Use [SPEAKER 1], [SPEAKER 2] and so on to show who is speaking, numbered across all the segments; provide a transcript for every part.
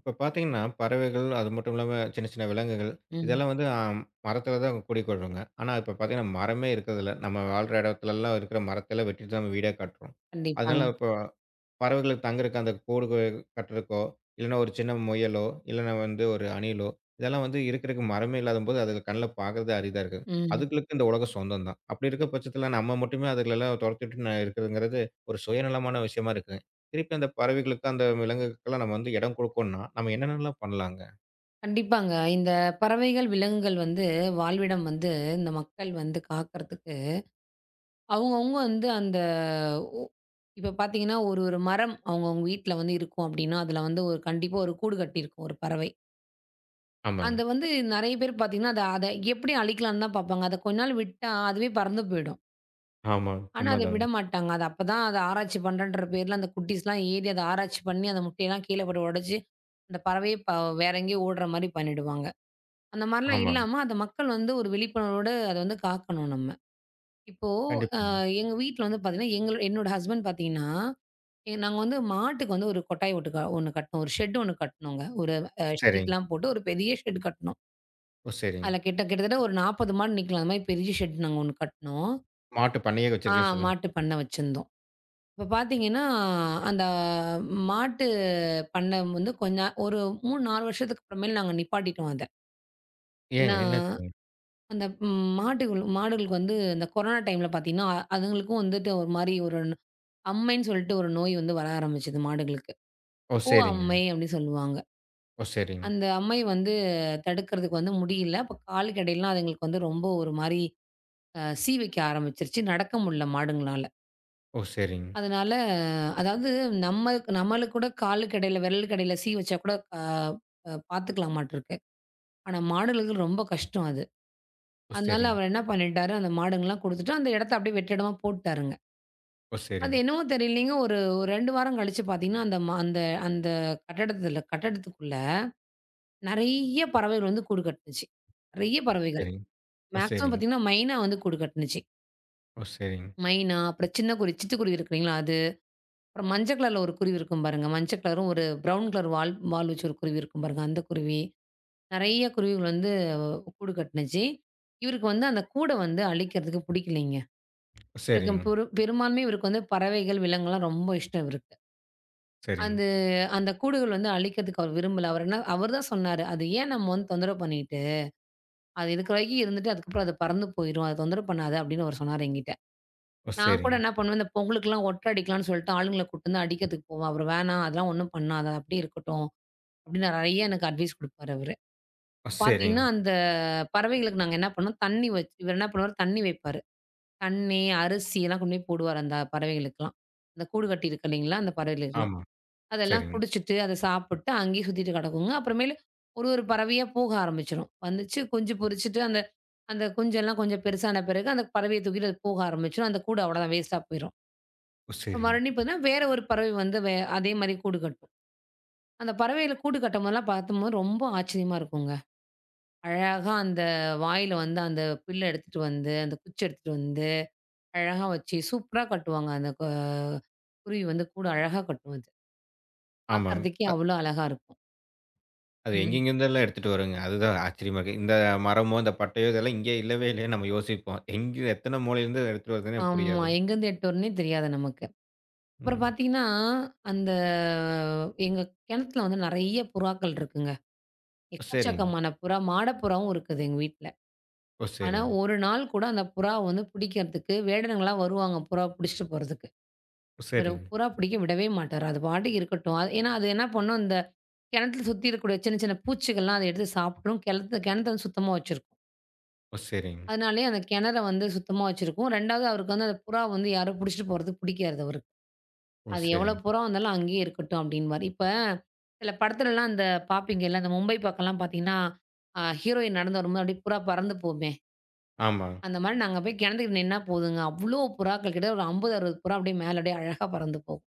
[SPEAKER 1] இப்ப பார்த்தீங்கன்னா, பறவைகள் அது மட்டும் இல்லாம சின்ன சின்ன விலங்குகள்,
[SPEAKER 2] ம்.
[SPEAKER 1] இதெல்லாம் வந்து மரத்தில தான் குடிக்கொள்ளுங்க. ஆனா இப்ப பார்த்தீங்கன்னா, மரமே இருக்கிறதில்ல. நம்ம வாழ்ற இடத்துலலாம் இருக்கிற மரத்தெல்லாம் வெட்டிட்டு தான் நம்ம வீடே கட்டுறோம்.
[SPEAKER 2] கண்டிப்பாங்க.
[SPEAKER 1] அதனால இப்போ பறவைகளுக்கு தங்குறக்கு அந்த கூடு கட்டுறக்கோ, இல்லன்னா ஒரு சின்ன முயலோ, இல்லன்னா வந்து ஒரு அணிலோ, இதெல்லாம் வந்து இருக்கிறக்கு மரமே இல்லாதம்போது அது கண்ல பார்க்கறது அரிதா இருக்கு.
[SPEAKER 2] ம்.
[SPEAKER 1] அதுகளுக்கு இந்த உலகம் சொந்தம் தான். அப்படி இருக்க பட்சத்தில நம்ம மட்டுமே அதுகளெல்லாம் தொரத்தி விட்டு இருக்கிறதுங்கிறது ஒரு சுயநலமான விஷயமா இருக்கு. திருப்பி அந்த பறவைகளுக்கு, அந்த விலங்குகளுக்கெல்லாம் நம்ம வந்து இடம் குடுக்கோம்ன்னா, நம்ம என்னென்னலாம் பண்ணலாங்க?
[SPEAKER 2] கண்டிப்பாங்க. இந்த பறவைகள், விலங்குகள் வந்து வாழ்விடம் வந்து இந்த மக்கள் வந்து காக்கறதுக்கு, அவங்கவங்க வந்து அந்த உ இப்ப பார்த்தீங்கன்னா, ஒரு ஒரு மரம் அவங்கவங்க வீட்ல வந்து இருக்கும் அப்படின்னா, அதுல வந்து ஒரு கண்டிப்பா ஒரு கூடு கட்டியிருக்கும் ஒரு பறவை.
[SPEAKER 1] ஆமாங்க.
[SPEAKER 2] அந்த வந்து நெறைய பேர் பார்த்தீங்கன்னா, அத அத எப்படி அழிக்கலாம்ன்னு தான் பார்ப்பாங்க. அத கொஞ்ச நாள் விட்டா அதுவே பறந்து போயிடும்.
[SPEAKER 1] ஆமாங்க.
[SPEAKER 2] ஆனா அத
[SPEAKER 1] உண்மதாங்க.
[SPEAKER 2] விடமாட்டாங்க. அது அப்பதான் அத ஆராய்ச்சி பண்றேன்ற பேர்ல அந்த குட்டீஸ்லாம் ஏறி அத ஆராய்ச்சி பண்ணி, அந்த முட்டையெல்லாம் கீழ போட்டு உடைச்சு, அந்த பறவையே வேற எங்கேயோ ஓடுற மாரி பண்ணிடுவாங்க. அந்த மாரிலாம்
[SPEAKER 1] ஆமாங்க.
[SPEAKER 2] இல்லாம, அத மக்கள் வந்து ஒரு விழிப்புணர்வோட அத வந்து காக்கணும் நம்ம. இப்போ
[SPEAKER 1] கண்டிப்பாங்க.
[SPEAKER 2] எங்க வீட்ல வந்து பார்த்தீங்கன்னா, என்னோட ஹஸ்பண்ட் பார்த்தீங்கன்னா, நாங்க வந்து மாட்டுக்கு வந்து ஒரு கொட்டாய் ஒட்டு ஒண்ணு கட்டினோம். ஒரு ஷெட் ஒண்ணு கட்டினோங்க. ஒரு
[SPEAKER 1] சரிங்க.
[SPEAKER 2] ஷீட்லாம் போட்டு ஒரு பெரிய ஷெட் கட்டினோம்.
[SPEAKER 1] ஓ! சரிங்க.
[SPEAKER 2] அதுல கிட்ட கிட்டத்தட்ட ஒரு 40 மாடு நிக்கலாம். அந்த மாரி பெரிய ஷெட் நாங்க ஒண்ணு கட்டினோம்.
[SPEAKER 1] மாட்டு பண்ணையே
[SPEAKER 2] ஆ,
[SPEAKER 1] வச்சிருக்கேன்னு சொல்லுங்க.
[SPEAKER 2] மாட்டு பண்ணை வச்சிருந்தோம். இப்ப பார்த்தீங்கன்னா, அந்த மாட்டு பண்ணை வந்து கொஞ்ச ஒரு 3, 4 வருஷத்துக்கு அப்புறமேல் நாங்க நிப்பாட்டிட்டோம் அத.
[SPEAKER 1] ஏங்க
[SPEAKER 2] ஏன்னா
[SPEAKER 1] என்னாச்சுங்க?
[SPEAKER 2] அந்த மாடுகளுக்கு வந்து இந்த கொரோனா டைம்ல பார்த்தீங்கன்னா, அதுங்களுக்கும் வந்துட்டு ஒரு மாரி ஒரு அம்மைன்னு சொல்லிட்டு ஒரு நோய் வந்து வர ஆரம்பிச்சது மாடுகளுக்கு.
[SPEAKER 1] ஓ!
[SPEAKER 2] பூ
[SPEAKER 1] சரிங்க.
[SPEAKER 2] அம்மை அப்டி சொல்லுவாங்க.
[SPEAKER 1] ஓ! சரிங்க.
[SPEAKER 2] அந்த அம்மை வந்து தடுக்கிறதுக்கு வந்து முடியல. அப்ப காலுக்கு இடையிலலாம் அதுங்களுக்கு வந்து ரொம்ப ஒரு மாரி சீ வைக்க ஆரம்பிச்சுருச்சு. நடக்க முடியல மாடுங்களால.
[SPEAKER 1] ஓ! சரிங்க.
[SPEAKER 2] அதனால அதாவது நம்ம நம்மளுக்கு கூட காலுக்கு இடையில, விரலுக்கு இடையில சீ வச்சா கூட அ அ பார்த்துக்கலாமாட்டுருக்கு. ஆனா மாடுகளுக்கு ரொம்ப கஷ்டம் அது.
[SPEAKER 1] ஓ!
[SPEAKER 2] அதனால
[SPEAKER 1] சரிங்க.
[SPEAKER 2] அவர் என்ன பண்ணிட்டாரு, அந்த மாடுங்கலாம் குடுத்துட்டு அந்த இடத்த அப்டியே வெற்றிடமா போட்டுட்டாருங்க.
[SPEAKER 1] ஓ!
[SPEAKER 2] அது
[SPEAKER 1] சரிங்க,
[SPEAKER 2] என்னவோ தெரியலைங்க. ஒரு ஒரு 2 வாரம் கழிச்சு பார்த்தீங்கன்னா, அந்த ம அந்த அந்த கட்டடத்துக்குள்ள நெறைய பறவைகள் வந்து கூடு கட்டுனுச்சு. நெறைய பறவைகள்.
[SPEAKER 1] சரிங்க. ஓ!
[SPEAKER 2] மேக்ஸிமம்
[SPEAKER 1] சரிங்க,
[SPEAKER 2] பார்த்தீங்கன்னா, மைனா வந்து கூடு கட்டுனுச்சு.
[SPEAKER 1] ஓ! சரிங்க,
[SPEAKER 2] மைனா, அப்புறம் சின்ன குருவி, சிட்டுக்குருவி இருக்கு இல்லைங்களா? அது. அப்புறம் மஞ்ச கலர்ல ஒரு குருவி இருக்கும் பாருங்க. மஞ்ச கலரும் ஒரு ப்ரவுன் கலர் வால் வால் வச்சு ஒரு குருவி இருக்கும் பாருங்க. அந்த குருவி. நெறைய குருவிகள் வந்து கூடு கட்டுனுச்சு. இவருக்கு வந்து அந்த கூட வந்து அழிக்கிறதுக்கு புடிக்கலைங்க.
[SPEAKER 1] ஓ!
[SPEAKER 2] இவருக்கு
[SPEAKER 1] சரிங்க,
[SPEAKER 2] பெரும்பான்மை இவருக்கு வந்து பறவைகள், விலங்குலாம் ரொம்ப இஷ்டம் இவருக்கு.
[SPEAKER 1] சரிங்க,
[SPEAKER 2] அந்த அந்த கூடுகள் வந்து அழிக்கிறதுக்கு அவர் விரும்பல. அவர் தான் சொன்னாரு. "அது ஏன் நம்ம வந்து தொந்தரவு பண்ணிட்டு, அது இருக்கிற வரைக்கும் இருந்துட்டு அதுக்கப்புறம் அது பறந்து போயிரும். அத தொந்தரவு பண்ணாத." அப்படின்னு அவரு சொன்னாரு என்கிட்ட.
[SPEAKER 1] ஓ!
[SPEAKER 2] நான் கூட
[SPEAKER 1] சரிங்க,
[SPEAKER 2] என்ன பண்ணுவேன், இந்த பொங்கலுக்கெல்லாம் ஒட்டடை அடிக்கலாம்ன்னு சொல்லிட்டு ஆளுங்கள கூட்டிட்டு வந்து அடிக்கிறதுக்கு போவேன். அவரு வேணாம் அதெல்லாம் ஒண்ணும் பண்ணாத. அப்படியே இருக்கட்டும். அப்படின்னு நெறைய எனக்கு அட்வைஸ் குடுப்பாரு அவரு.
[SPEAKER 1] ஓ!
[SPEAKER 2] பார்த்தீங்கன்னா,
[SPEAKER 1] சரிங்க.
[SPEAKER 2] அந்த பறவைகளுக்கு நாங்க என்ன பண்ணோம், தண்ணி வச்சு இவர் என்ன பண்ணுவாரு, தண்ணி வைப்பாரு. தண்ணி, அரிசி எல்லாம் கொண்டு போய் போடுவாரு அந்த பறவைகளுக்கெல்லாம். அந்த கூடு கட்டியிருக்கு இல்லைங்களா, அந்த பறவைகளுக்கெல்லாம்.
[SPEAKER 1] ஆமா.
[SPEAKER 2] அதெல்லாம்
[SPEAKER 1] சரிங்க,
[SPEAKER 2] குடிச்சிட்டு, அத சாப்பிட்டு அங்கேயே சுத்திட்டு கிடக்குங்க. அப்புறமேலு ஒரு ஒரு பறவையா போக ஆரம்பிச்சுரும். வந்துச்சு குஞ்சு பொரிச்சுட்டு அந்த அந்த குஞ்செல்லாம் கொஞ்சம் பெருசான பிறகு அந்த பறவைய தூக்கிட்டு அது போக ஆரம்பிச்சுரும். அந்த கூடு அவ்வளோதான் வேஸ்ட்டா போயிரும்.
[SPEAKER 1] ஓ! சரிங்க.
[SPEAKER 2] மறுபடியும் பார்த்தீங்கன்னா, வேற ஒரு பறவை வந்து அதே மாரி கூடு கட்டும். அந்த பறவைகள கூடு கட்டும்போதெல்லாம் பார்க்கும்போது ரொம்ப ஆச்சரியமா இருக்குங்க. அழகா அந்த வாயில வந்து அந்த பில்ல எடுத்துட்டு வந்து, அந்த குச்சி எடுத்துட்டு வந்து, அழகா வச்சு சூப்பரா கட்டுவாங்க. அந்த குருவி வந்து கூடு அழகா கட்டும் அது.
[SPEAKER 1] ஆமாங்க.
[SPEAKER 2] பார்க்கறதுக்கே அவ்வளோ அழகா இருக்கும்.
[SPEAKER 1] அது
[SPEAKER 2] ம்.
[SPEAKER 1] எங்கெங்கேருந்தெல்லாம் எடுத்துட்டு வருங்க. அதுதான் ஆச்சரியமா இருக்கு. இந்த மரமோ, இந்த பட்டையோ இதெல்லாம் இங்கே இல்லவே இல்லைன்னு நம்ம யோசிப்போம். எங்கே எத்தன மூலையிலருந்து எடுத்துட்டு வருதுன்னே
[SPEAKER 2] ஆமா.
[SPEAKER 1] புரியாது.
[SPEAKER 2] எங்கேருந்து எடுத்துட்டு வரணும்னே தெரியாது நமக்கு. அப்புறம்
[SPEAKER 1] ம்.
[SPEAKER 2] பார்த்தீங்கன்னா, அந்த எங்க கிணத்துல வந்து நெறைய புறாக்கள் இருக்குங்க.
[SPEAKER 1] ஓ சரிங்க,
[SPEAKER 2] எக்கச்சக்கமான புறா, மாடப்புறாவும் இருக்குது எங்க வீட்ல.
[SPEAKER 1] ஓ!
[SPEAKER 2] ஆனா,
[SPEAKER 1] சரிங்க,
[SPEAKER 2] ஒரு நாள் கூட அந்த புறாவ வந்து பிடிக்கிறதுக்கு வேடனுங்களா வருவாங்க புறா பிடிச்சிட்டு போறதுக்கு.
[SPEAKER 1] ஓ!
[SPEAKER 2] இவரு
[SPEAKER 1] சரிங்க,
[SPEAKER 2] புறா பிடிக்க விடவே மாட்டாரு. அது பாட்டுக்கு இருக்கட்டும். அது ஏன்னா, அது என்ன பண்ணும், இந்த கிணத்துல சுத்தி இருக்கக்கூடிய சின்ன சின்ன பூச்சிகள்லாம் அத எடுத்து சாப்பிட்ரும். கிணத்த கிணத்த வந்து சுத்தமா வச்சிருக்கும்.
[SPEAKER 1] ஓ! சரிங்க,
[SPEAKER 2] அதனாலேயே அந்த கிணற வந்து சுத்தமா வச்சிருக்கும். 2வது அவருக்கு வந்து அந்த புறா வந்து யாரும் பிடிச்சிட்டு போறதுக்கு பிடிக்காது அவருக்கு.
[SPEAKER 1] ஓ!
[SPEAKER 2] அது எவ்வளோ
[SPEAKER 1] சரிங்க.
[SPEAKER 2] தூரம் இருந்தாலும் அங்கேயே இருக்கட்டும் அப்படின்னு மாரி. இப்ப சில படத்துலலாம் அந்த பார்ப்பீங்கல்ல, அந்த மும்பை பக்கம்லாம் பார்த்தீங்கன்னா, ஹீரோயின் நடந்து வரும்போது அப்படியே புறா பறந்து போகுமே,
[SPEAKER 1] ஆமாங்க,
[SPEAKER 2] அந்த மாரி நாங்க போய் கிணத்துக்கிட்ட நின்னா போதுங்க, அவ்வளோ புறாக்கள் கிட்ட ஒரு 50, 60 புறா அப்படியே மேல அப்படியே அழகா பறந்து போகும்.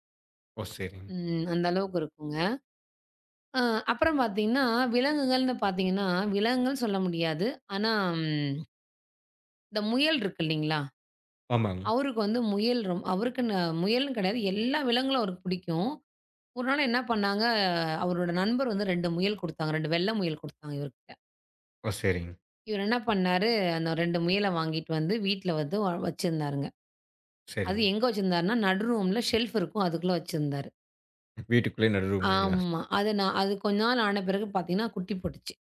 [SPEAKER 1] ஓ! சரிங்க.
[SPEAKER 2] ம். அந்த அளவுக்கு இருக்குங்க. அ அப்புறம் பார்த்தீங்கன்னா, விலங்குகள்னு பார்த்தீங்கன்னா, விலங்குகள் சொல்ல முடியாது. ஆனா ம் இந்த முயல் இருக்கு இல்லைங்களா?
[SPEAKER 1] ஆமாங்க,
[SPEAKER 2] அவருக்கு வந்து முயல் அவருக்குன்னு முயல்னு கிடையாது, எல்லா விலங்குகளும் அவருக்கு பிடிக்கும். ஒரு நாள் என்ன பண்ணாங்க, அவரோட நண்பர் வந்து 2 முயல் குடுத்தாங்க. 2 வெள்ள முயல் குடுத்தாங்க இவர்கிட்ட.
[SPEAKER 1] ஓ! சரிங்க,
[SPEAKER 2] இவர் என்ன பண்ணாரு, அந்த 2 முயல வாங்கிட்டு வந்து வீட்ல வந்து வச்சிருந்தாருங்க. அது
[SPEAKER 1] சரிங்க.
[SPEAKER 2] எங்க வச்சிருந்தாருன்னா, நடு ரூம்ல ஷெல்ஃப் இருக்கும். அதுக்குள்ள வச்சிருந்தாரு.
[SPEAKER 1] வீட்டுக்குள்ளேயே நடு ரூம்லைங்களா?
[SPEAKER 2] ஆமா. அது கொஞ்ச நாள் ஆன பிறகு பார்த்தீங்கன்னா, குட்டி போட்டுச்சு.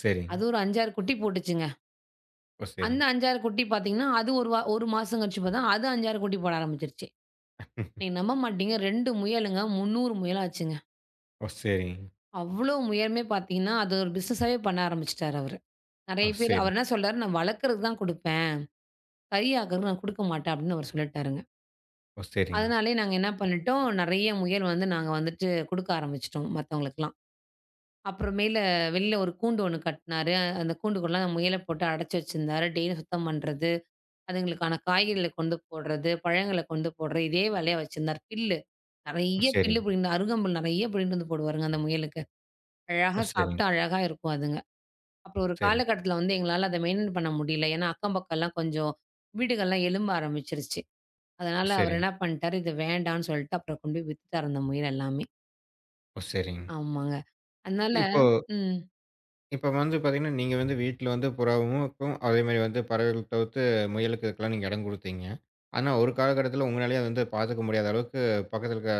[SPEAKER 1] சரிங்க,
[SPEAKER 2] அது ஒரு 5, 6 குட்டி போட்டுச்சுங்க.
[SPEAKER 1] ஓ!
[SPEAKER 2] அந்த
[SPEAKER 1] சரிங்க,
[SPEAKER 2] 5, 6 குட்டி பார்த்தீங்கன்னா, அது ஒரு 1 மாசம் கழிச்சு பார்த்தா, அது 5, 6 குட்டி போட ஆரம்பிச்சுருச்சு. நீங்க நம்ப மாட்டீங்க 2 முயலுங்க 300 முயலாச்சுங்க.
[SPEAKER 1] ஓ! சரிங்க,
[SPEAKER 2] அவ்ளோ முயலுமே பார்த்தீங்கன்னா, அது ஒரு பிசினஸாவே பண்ண ஆரம்பிச்சுட்டாரு அவரு.
[SPEAKER 1] ஓ!
[SPEAKER 2] நெறைய பேர்
[SPEAKER 1] சரி.
[SPEAKER 2] அவர் என்ன சொல்றாரு, "நான் வளர்க்கறதுக்கு தான் குடுப்பேன். கறி ஆக்குறதுக்கு நான் குடுக்க மாட்டேன்" அப்படின்னு அவர் சொல்லிட்டாருங்க.
[SPEAKER 1] ஓ! சரிங்க.
[SPEAKER 2] அதனாலயே நாங்க என்ன பண்ணிட்டோம், நெறைய முயல் வந்து நாங்க வந்துட்டு குடுக்க ஆரம்பிச்சுட்டோம் மத்தவங்களுக்கெல்லாம். அப்புறமேல வெளில ஒரு கூண்டு ஒண்ணு கட்டினாரு. அந்த கூண்டுக்குள்ள முயல போட்டு அடைச்சு வச்சிருந்தாரு. டெய்லியும் சுத்தம் பண்றது, அதுங்களுக்கான காய்கறிகள கொண்டு போடுறது, பழங்கள கொண்டு போடுறது, இதே வேலையா வச்சிருந்தார்.
[SPEAKER 1] ஓ!
[SPEAKER 2] நெறைய புல்லு
[SPEAKER 1] சரிங்க.
[SPEAKER 2] புடிங்கிட்டு அருகம்புல் நெறைய புடிங்கிட்டு வந்து போடுவாருங்க அந்த முயலுக்கு.
[SPEAKER 1] ஓ!
[SPEAKER 2] அழகா
[SPEAKER 1] சரிங்க.
[SPEAKER 2] சாப்பிட்டு அழகா இருக்கும் அதுங்க. அப்புறம் ஒரு
[SPEAKER 1] சரிங்க.
[SPEAKER 2] காலகட்டத்தில வந்து எங்களால அத மெயின்டெயின் பண்ண முடியல. ஏன்னா, அக்கம் பக்கம்லாம் கொஞ்சம் வீடுகள்லாம் எழும்ப ஆரம்பிச்சுருச்சு.
[SPEAKER 1] ஓ!
[SPEAKER 2] அதனால அவர்
[SPEAKER 1] சரிங்க.
[SPEAKER 2] என்ன பண்ணிட்டாரு, இது வேண்டான்னு சொல்லிட்டு அப்புறம் கொண்டு போய் வித்துட்டாரு அந்த முயல் எல்லாமே.
[SPEAKER 1] ஓ! சரிங்க.
[SPEAKER 2] ஆமாங்க. அதனால
[SPEAKER 1] இப்போ
[SPEAKER 2] ம்.
[SPEAKER 1] இப்ப வந்து பார்த்தீங்கன்னா, நீங்க வந்து வீட்ல வந்து புறாவுக்கும், அதேமாரி வந்து பறவைகள் தவிர்த்து முயலுக்கு இதுக்கெல்லாம் நீங்க இடம் குடுத்தீங்க. ஆனா, ஒரு காலகட்டத்தில உங்களாலயே வந்து பார்த்துக்க முடியாத அளவுக்கு பக்கத்தில இருக்க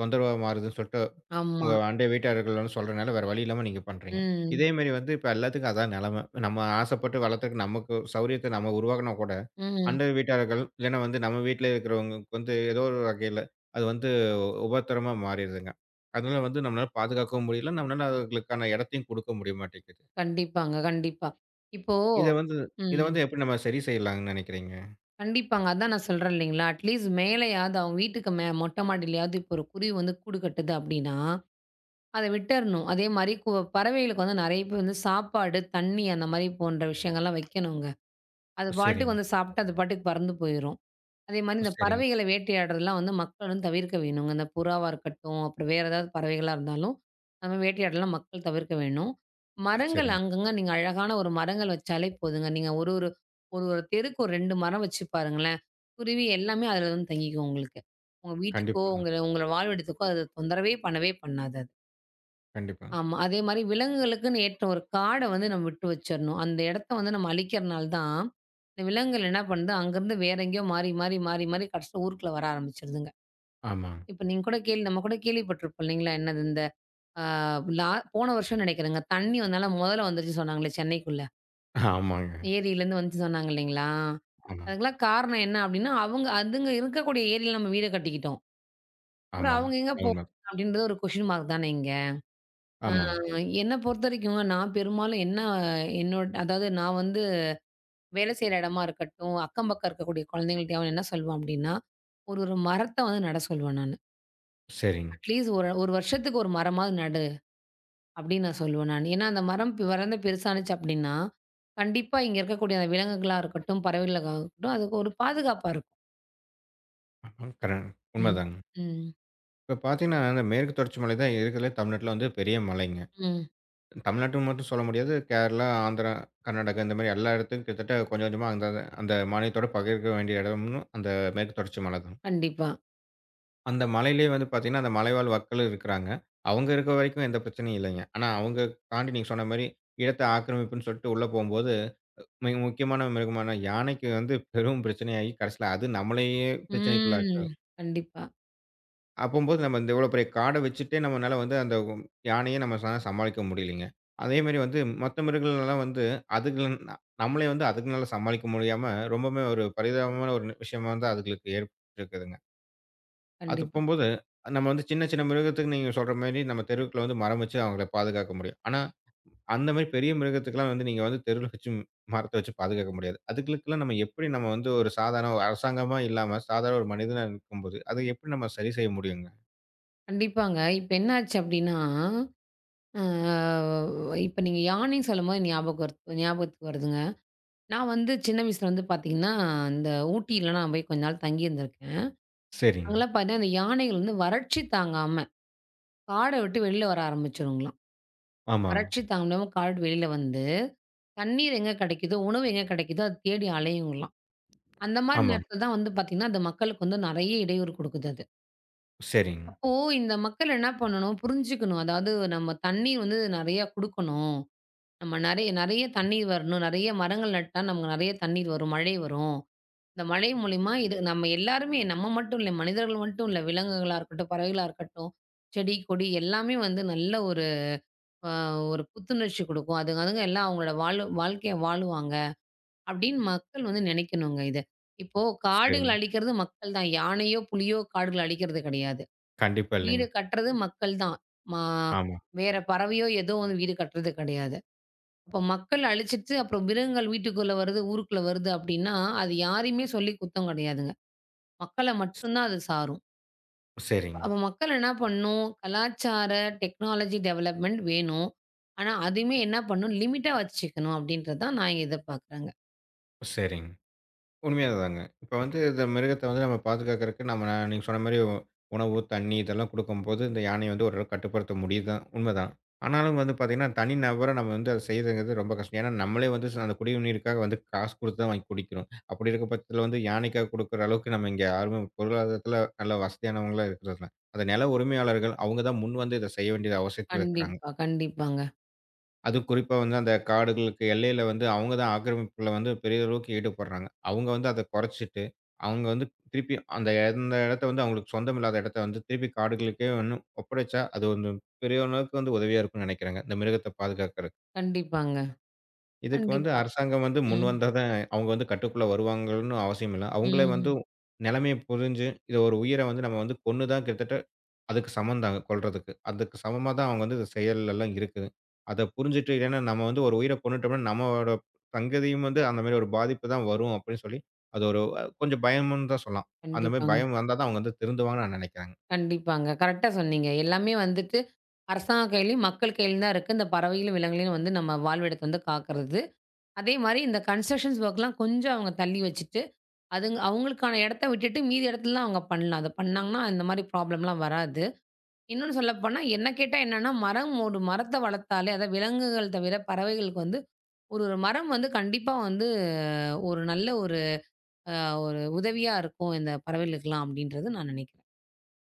[SPEAKER 1] தொந்தரவா மாறுதுன்னு சொல்லிட்டு,
[SPEAKER 2] ஆமா.
[SPEAKER 1] உங்க அண்டை வீட்டார்கள் வந்து சொல்றனால வேற வழி இல்லாம நீங்க பண்றீங்க.
[SPEAKER 2] ம்.
[SPEAKER 1] இதேமாரி வந்து இப்ப எல்லாத்துக்கும் அதான் நெலம. நம்ம ஆசைப்பட்டு வளர்த்துக்கு நமக்கு சௌரியத்த நம்ம உருவாக்குனா கூட,
[SPEAKER 2] ம்.
[SPEAKER 1] அண்டை வீட்டார்கள், இல்லன்னா வந்து நம்ம வீட்ல இருக்கிறவங்களுக்கு வந்து ஏதோ ஒரு வகையில அது வந்து உபத்திரமா மாறிருதுங்க. அதனால வந்து நம்மளால பாதுகாக்கவும் முடியல. நம்மளால அதுகளுக்கான இடத்தையும் குடுக்க முடிய மாட்டேங்குது.
[SPEAKER 2] கண்டிப்பாங்க, கண்டிப்பா. இப்போ
[SPEAKER 1] இத வந்து இத
[SPEAKER 2] ம்.
[SPEAKER 1] வந்து எப்படி நம்ம சரி செய்யலாம்ன்னு நெனைக்கிறீங்க?
[SPEAKER 2] கண்டிப்பாங்க. அதான் நான் சொல்றேன் இல்லைங்களா? அட்லீஸ்ட் மேலயாவது அவங்க வீட்டுக்கு மொட்டை மாடியிலயாவது இப்போ ஒரு குருவி வந்து கூடு கட்டுது அப்படின்னா, அத விட்டறணும். அதே மாரி பறவைகளுக்கு வந்து நெறைய பேர் வந்து சாப்பாடு, தண்ணி அந்த மாரி போன்ற விஷயங்கள்லாம் வைக்கணுங்க. அது
[SPEAKER 1] ஓ!
[SPEAKER 2] பாட்டுக்கு
[SPEAKER 1] சரிங்க.
[SPEAKER 2] வந்து சாப்பிட்டு அது பாட்டுக்கு பறந்து போயிரும். அதே மாரி
[SPEAKER 1] ஓ!
[SPEAKER 2] இந்த
[SPEAKER 1] சரிங்க.
[SPEAKER 2] பறவைகள வேட்டையாடுறதெல்லாம் வந்து மக்கள் வந்து தவிர்க்க வேணுங்க. இந்த புறாவா இருக்கட்டும், அப்புறம் வேற ஏதாவது பறவைகளா இருந்தாலும், நம்ம வேட்டையாடலாம் மக்கள் தவிர்க்க வேணும்.
[SPEAKER 1] ஓ,
[SPEAKER 2] மரங்கள்
[SPEAKER 1] சரிங்க.
[SPEAKER 2] அங்கங்க நீங்க அழகான ஒரு மரங்கள் வச்சாலே போதுங்க. நீங்க ஒரு ஒரு ஒரு ஒரு தெருக்கு ஒரு 2 மரம் வச்சு பாருங்களேன். குருவி எல்லாமே அதுல வந்து தங்கிக்கும் உங்களுக்கு. உங்க வீட்டுக்கோ,
[SPEAKER 1] கண்டிப்பாங்க.
[SPEAKER 2] உங்கள வாழ்விடத்துக்கோ அது தொந்தரவே பண்ணவே பண்ணாது அது.
[SPEAKER 1] கண்டிப்பா.
[SPEAKER 2] ஆமா. அதே மாரி விலங்குகளுக்குன்னு ஏற்ற ஒரு காட வந்து நம்ம விட்டு வச்சிரணும். அந்த இடத்த வந்து நம்ம அழிக்கிறனால தான், இந்த விலங்குகள் என்ன பண்ணுது, அங்கருந்து வேற எங்கேயோ மாறி, மாறி, மாறி, மாறி கடைசில ஊருக்குள்ள வர ஆரம்பிச்சுருதுங்க.
[SPEAKER 1] ஆமாங்க.
[SPEAKER 2] இப்ப நீங்க கூட கேள்வி நம்ம கூட கேள்விப்பட்டிருப்போம் இல்லைங்களா? என்னது இந்த ஆ லா போன வருஷம்னு நெனைக்கிறேங்க. தண்ணி வந்தனால முதல வந்துருச்சு சொன்னாங்களே சென்னைக்குள்ள.
[SPEAKER 1] ஆமாங்க.
[SPEAKER 2] ஏரியிலேருந்து வந்துச்சு சொன்னாங்க இல்லைங்களா?
[SPEAKER 1] ஆமா.
[SPEAKER 2] அதுக்கெல்லாம் காரணம் என்ன அப்டின்னா, அவங்க அதுங்க இருக்கக்கூடிய ஏரியில நம்ம வீடு கட்டிக்கிட்டோம். அப்புறம்
[SPEAKER 1] ஆமா.
[SPEAKER 2] அவங்க எங்க போவாங்க?
[SPEAKER 1] உண்ம.
[SPEAKER 2] அப்டின்றது ஒரு கொஸ்டின் மார்க் தானேங்க. ஆ
[SPEAKER 1] ஆமாங்க.
[SPEAKER 2] என்ன பொறுத்தவரைக்கும் நான் பெரும்பாலும் என்ன என்னோட அதாவது நான் வந்து வேலை செய்ற இடமா இருக்கட்டும், அக்கம் பக்கம் இருக்கக்கூடிய குழந்தைங்கள்ட்டயாவது என்ன சொல்லுவேன் அப்டின்னா, ஒரு ஒரு மரத்த வந்து நட சொல்லுவேன் நானு.
[SPEAKER 1] சரிங்க.
[SPEAKER 2] அட்லீஸ்ட் ஒரு ஒரு வருஷத்துக்கு ஒரு மரமாவது நடு அப்டின்னு நான் சொல்லுவேன் நானு. ஏன்னா அந்த மரம் வளர்ந்து பெருசானுச்சு அப்டின்னா, கண்டிப்பா இங்க இருக்கக்கூடிய அந்த விலங்குகளா இருக்கட்டும், பறவைகளா இருக்கட்டும், அதுக்கு ஒரு பாதுகாப்பா இருக்கும்.
[SPEAKER 1] ஆமா.
[SPEAKER 2] ம்.
[SPEAKER 1] உண்மதாங்க.
[SPEAKER 2] ம்.
[SPEAKER 1] இப்ப பார்த்தீங்கன்னா, அந்த மேற்கு தொடர்ச்சி மலை தான் இருக்கிறதுலயே தமிழ்நாட்டுல வந்து பெரிய மலைங்க.
[SPEAKER 2] ம்.
[SPEAKER 1] தமிழ்நாட்டுன்னு மட்டும் சொல்ல முடியாது. கேரளா, ஆந்திரா, கர்நாடகா இந்த மாரி எல்லா இடத்துக்கும் கிட்டத்தட்ட கொஞ்சம் கொஞ்சமா அந்த அந்த மாநிலத்தோட பகிர்க்க வேண்டிய இடம்னு அந்த மேற்கு தொடர்ச்சி மலை தான்.
[SPEAKER 2] கண்டிப்பா.
[SPEAKER 1] அந்த மலையிலேயே வந்து பார்த்தீங்கன்னா, அந்த மலைவாழ் மக்களும் இருக்கிறாங்க. அவங்க இருக்க வரைக்கும் எந்த பிரச்சனையும் இல்லைங்க. ஆனா அவங்க தாண்டி நீங்க சொன்ன மாரி இடத்த ஆக்கிரமிப்புன்னு சொல்லிட்டு உள்ள போம்போது, மிக முக்கியமான மிருகமான யானைக்கு வந்து பெரும் பிரச்சனையாகி கடைசியில அது நம்மளையே
[SPEAKER 2] ம்.
[SPEAKER 1] பிரச்சனைக்குள்ளாக்குது.
[SPEAKER 2] கண்டிப்பா,
[SPEAKER 1] அப்பம்போது நம்ம இந்த இவ்வளோ பெரிய காட வச்சுட்டே நம்மனால வந்து அந்த யானைய நம்ம சமாளிக்க முடியலைங்க. அதேமாரி வந்து மத்த மிருகங்கள்லாம் வந்து அதுகளன் ந நம்மளே வந்து அதுங்களால சமாளிக்க முடியாம ரொம்பவுமே ஒரு பரிதாபமான ஒரு விஷயமா வந்து அதுங்களுக்கு ஏற்பட்டுருக்குதுங்க. அது
[SPEAKER 2] கண்டிப்பா.
[SPEAKER 1] போம்போது நம்ம வந்து சின்ன, சின்ன மிருகத்துக்கு நீங்க சொல்ற மாரி நம்ம தெருவுக்குள்ள வந்து மரம் வச்சு அவங்கள பாதுகாக்க முடியும். ஆனா, அந்த மாரி பெரிய மிருகத்துக்குலாம் வந்து நீங்க வந்து தெருவுல வச்சு மரத்த வச்சு பாதுகாக்க முடியாது. அதுகளுக்கெல்லாம் நம்ம எப்படி நம்ம வந்து ஒரு சாதாரண ஒரு அரசாங்கமா இல்லாம சாதாரண ஒரு மனிதனா இருக்கும்போது, அத எப்படி நம்ம சரி செய்ய முடியுங்க?
[SPEAKER 2] கண்டிப்பாங்க. இப்ப என்னாச்சு அப்டின்னா அ இப்ப நீங்க யானைன்னு சொல்லும்போது ஞாபகம் வருத் ஞாபகத்துக்கு வருதுங்க. நான் வந்து சின்ன வயசுல வந்து பார்த்தீங்கன்னா, இந்த ஊட்டில நான் போய் கொஞ்ச நாள் தங்கியிருந்திருக்கேன்.
[SPEAKER 1] சரிங்க.
[SPEAKER 2] அங்கலாம் பார்த்தீங்கன்னா, அந்த யானைகள் வந்து வறட்சி தாங்காம, காட விட்டு வெளில வர ஆரம்பிச்சுருங்களாம்.
[SPEAKER 1] ஆமாங்க.
[SPEAKER 2] வறட்சி தாங்க முடியாம காட விட்டு வெளில வந்து, தண்ணீர் எங்க கெடைக்குதோ, உணவு எங்க கெடைக்குதோ அத தேடி அலையுங்களாம். அந்த மாரி
[SPEAKER 1] ஆமாங்க.
[SPEAKER 2] நேரத்துல தான் வந்து பார்த்தீங்கன்னா, அந்த மக்களுக்கு வந்து நெறைய இடையூறு குடுக்குது அது.
[SPEAKER 1] சரிங்க,
[SPEAKER 2] அப்போ இந்த மக்கள் என்ன பண்ணணும்? புரிஞ்சுக்கணும். அதாவது நம்ம தண்ணீர் வந்து நெறையா குடுக்கணும். நம்ம நெறைய நெறைய தண்ணீர் வரணும். நெறைய மரங்கள் நட்டா நமக்கு நெறைய தண்ணீர் வரும். மழை வரும். இந்த மழை மூலியமா இது நம்ம எல்லாருமே நம்ம மட்டும் இல்ல, மனிதர்கள் மட்டும் இல்ல. விலங்குகளா இருக்கட்டும், பறவைகளா இருக்கட்டும், செடி, கொடி எல்லாமே வந்து நல்ல ஒரு அ ஒரு புத்துணர்ச்சி குடுக்கும். அதுங்க அதுங்க எல்லாம் அவங்களோட வாழ்க்கைய வாழுவாங்க. அப்படின்னு மக்கள் வந்து நெனைக்கணுங்க இத. இப்போ
[SPEAKER 1] சரிங்க.
[SPEAKER 2] காடுகள் அழிக்கிறது மக்கள் தான். யானையோ, புலியோ காடுகள அழிக்கிறது கிடையாது.
[SPEAKER 1] கண்டிப்பா
[SPEAKER 2] வீடு
[SPEAKER 1] இல்லைங்க.
[SPEAKER 2] கட்டுறது மக்கள் தான். மா
[SPEAKER 1] ஆமா.
[SPEAKER 2] வேற பறவையோ ஏதோ வந்து வீடு கட்டுறது கிடையாது. அப்ப மக்கள் அழிச்சிட்டு, அப்புறம் மிருகங்கள் வீட்டுக்குள்ள வருது, ஊருக்குள்ள வருது அப்படின்னா, அது யாரையுமே சொல்லி குத்தம் கிடையாதுங்க. மக்கள
[SPEAKER 1] ஸ்
[SPEAKER 2] மட்டும் தான் அது சாரும்.
[SPEAKER 1] சரிங்க,
[SPEAKER 2] அப்ப மக்கள் என்ன பண்ணும்? கலாச்சார, டெக்னாலஜி டெவலப்மெண்ட் வேணும். ஆனா, அதையுமே என்ன பண்ணணும்? லிமிட்டா வச்சுக்கணும் அப்படின்றது தான் நான் எதிர்பார்க்குறேங்க.
[SPEAKER 1] சரிங்க. உண்மையா தாங்க. இப்ப வந்து இந்த மிருகத்த வந்து நம்ம பாதுகாக்கறக்கு நம்ம நீங்க சொன்ன மாரி உணவு, தண்ணி இதெல்லாம் குடுக்கும்போது இந்த யானைய வந்து ஓரளவுக்கு கட்டுப்படுத்த முடியுதுதான். உண்மதான். ஆனாலும் வந்து பார்த்தீங்கன்னா, தனி நபரா நம்ம வந்து அத செய்றதுங்கிறது ரொம்ப கஷ்டம். ஏன்னா, நம்மளே வந்து அந்த குடிநீருக்காக வந்து காசு குடுத்து தான் வாங்கி குடிக்கிறோம். அப்படி இருக்க பட்சத்தில வந்து யானைக்காக குடுக்குற அளவுக்கு நம்ம இங்க யாருமே பொருளாதாரத்தில நல்ல வசதியானவங்களா இருக்கிறதில்ல. அத நில உரிமையாளர்கள் அவங்க தான் முன்வந்து இத செய்ய வேண்டிய அவசியத்தில இருக்கிறாங்க.
[SPEAKER 2] கண்டிப்பா, கண்டிப்பாங்க.
[SPEAKER 1] அதுவும் குறிப்பா வந்து அந்த காடுகளுக்கு எல்லையில வந்து அவங்க தான் ஆக்கிரமிப்புல வந்து பெரிய அளவுக்கு ஈடுபடுறாங்க. அவங்க வந்து அத குறைச்சிட்டு, அவங்க வந்து திருப்பி அந்த அந்த இடத்த வந்து அவங்களுக்கு சொந்தம் இல்லாத இடத்த வந்து திருப்பி காடுகளுக்கே வந்து ஒப்படைச்சா, அது வந்து பெரிய அளவுக்கு வந்து உதவியா இருக்கும்னு நினைக்கிறேங்க. இந்த மிருகத்த பாதுகாக்கிறதுக்கு.
[SPEAKER 2] கண்டிப்பாங்க.
[SPEAKER 1] இதுக்கு
[SPEAKER 2] கண்டிப்பா.
[SPEAKER 1] வந்து அரசாங்கம் வந்து முன்
[SPEAKER 2] ம்.
[SPEAKER 1] வந்தா தான் அவங்க வந்து கட்டுக்குள்ள வருவாங்கன்னு அவசியம் இல்ல. அவங்களே வந்து
[SPEAKER 2] ம்.
[SPEAKER 1] நிலைமைய புரிஞ்சு, இத ஒரு உயிர வந்து நம்ம வந்து கொன்னு தான் கிட்டத்தட்ட அதுக்கு சமம் தான் கொல்றதுக்கு. அதுக்கு சமமா தான் அவங்க வந்து இந்த செயல் எல்லாம் இருக்குது. அத புரிஞ்சுட்டு இல்லன்னா நம்ம வந்து ஒரு உயிர கொன்னுட்டோம்னா, நம்மளோட சங்கதியும் வந்து அந்த மாரி ஒரு பாதிப்பு தான் வரும் அப்படின்னு சொல்லி, அது ஒரு கொஞ்சம் பயமுன்னு தான் சொல்லலாம். அந்த மாரி
[SPEAKER 2] கண்டிப்பாங்க.
[SPEAKER 1] பயம் வந்தா தான் அவங்க வந்து திருந்துவாங்கன்னு நான் நினைக்கிறேங்க.
[SPEAKER 2] கண்டிப்பாங்க. கரெக்ட்டா சொன்னீங்க. எல்லாமே வந்துட்டு அரசாங்க கையிலயும், மக்கள் கையிலயும் தான் இருக்கு. இந்த பறவைகளும், விலங்குகளையும் வந்து நம்ம வாழ்விடத்த வந்து காக்கிறது. அதே மாரி இந்த கன்ஸ்ட்ரக்ஷன்ஸ் ஒர்க்லாம் கொஞ்சம் அவங்க தள்ளி வச்சுட்டு, அவங்களுக்கான இடத்த விட்டுட்டு மீதி இடத்துலலாம் அவங்க பண்ணலாம். அத பண்ணாங்கன்னா, இந்த மாரி ப்ராப்ளம்லாம் வராது. இன்னொன்னு சொல்லப்போனா, என்ன கேட்டா என்னன்னா, ஒரு மரத்த வளர்த்தாலே அதாவது விலங்குகள் தவிர பறவைகளுக்கு வந்து ஒரு ஒரு மரம் வந்து கண்டிப்பா வந்து ஒரு நல்ல ஒரு அ ஒரு உதவியா இருக்கும் இந்த பறவைகளுக்கெல்லாம் அப்டின்றது நான் நினைக்கிறேன்.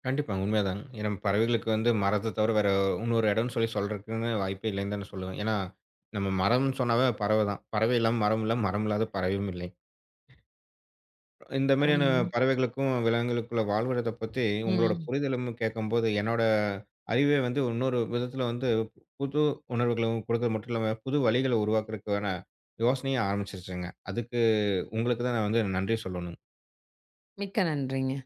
[SPEAKER 1] கண்டிப்பாங்க. உண்மைதாங்க. ஏன்னா பறவைகளுக்கு வந்து மரத்த தவிர வேற இன்னொரு இடம்னு சொல்லி சொல்றதுக்குன்னு வாய்ப்பே இல்லைன்னு தான் நான் சொல்லுவேன். ஏன்னா, நம்ம மரம்னு சொன்னாவே பறவை தான். பறவை இல்லாம மரம் இல்ல, மரம் இல்லாத பறவையும் இல்லை. இந்த மாரியான
[SPEAKER 2] ஆமா.
[SPEAKER 1] பறவைகளுக்கும், விலங்குகளுக்குள்ள வாழ்வத பத்தி உங்களோட
[SPEAKER 2] ம்.
[SPEAKER 1] புரிதலும் கேட்கும்போது, என்னோட அறிவே வந்து இன்னொரு விதத்தில வந்து புது உணர்வுகளும் கொடுக்கறது மட்டும் இல்லாம, புது வழிகள உருவாக்குறதுக்கான யோசனையும் ஆரம்பிச்சுருச்சுங்க. அதுக்கு உங்களுக்கு தான் நான் வந்து நன்றி சொல்லணும்.
[SPEAKER 2] மிக்க நன்றிங்க.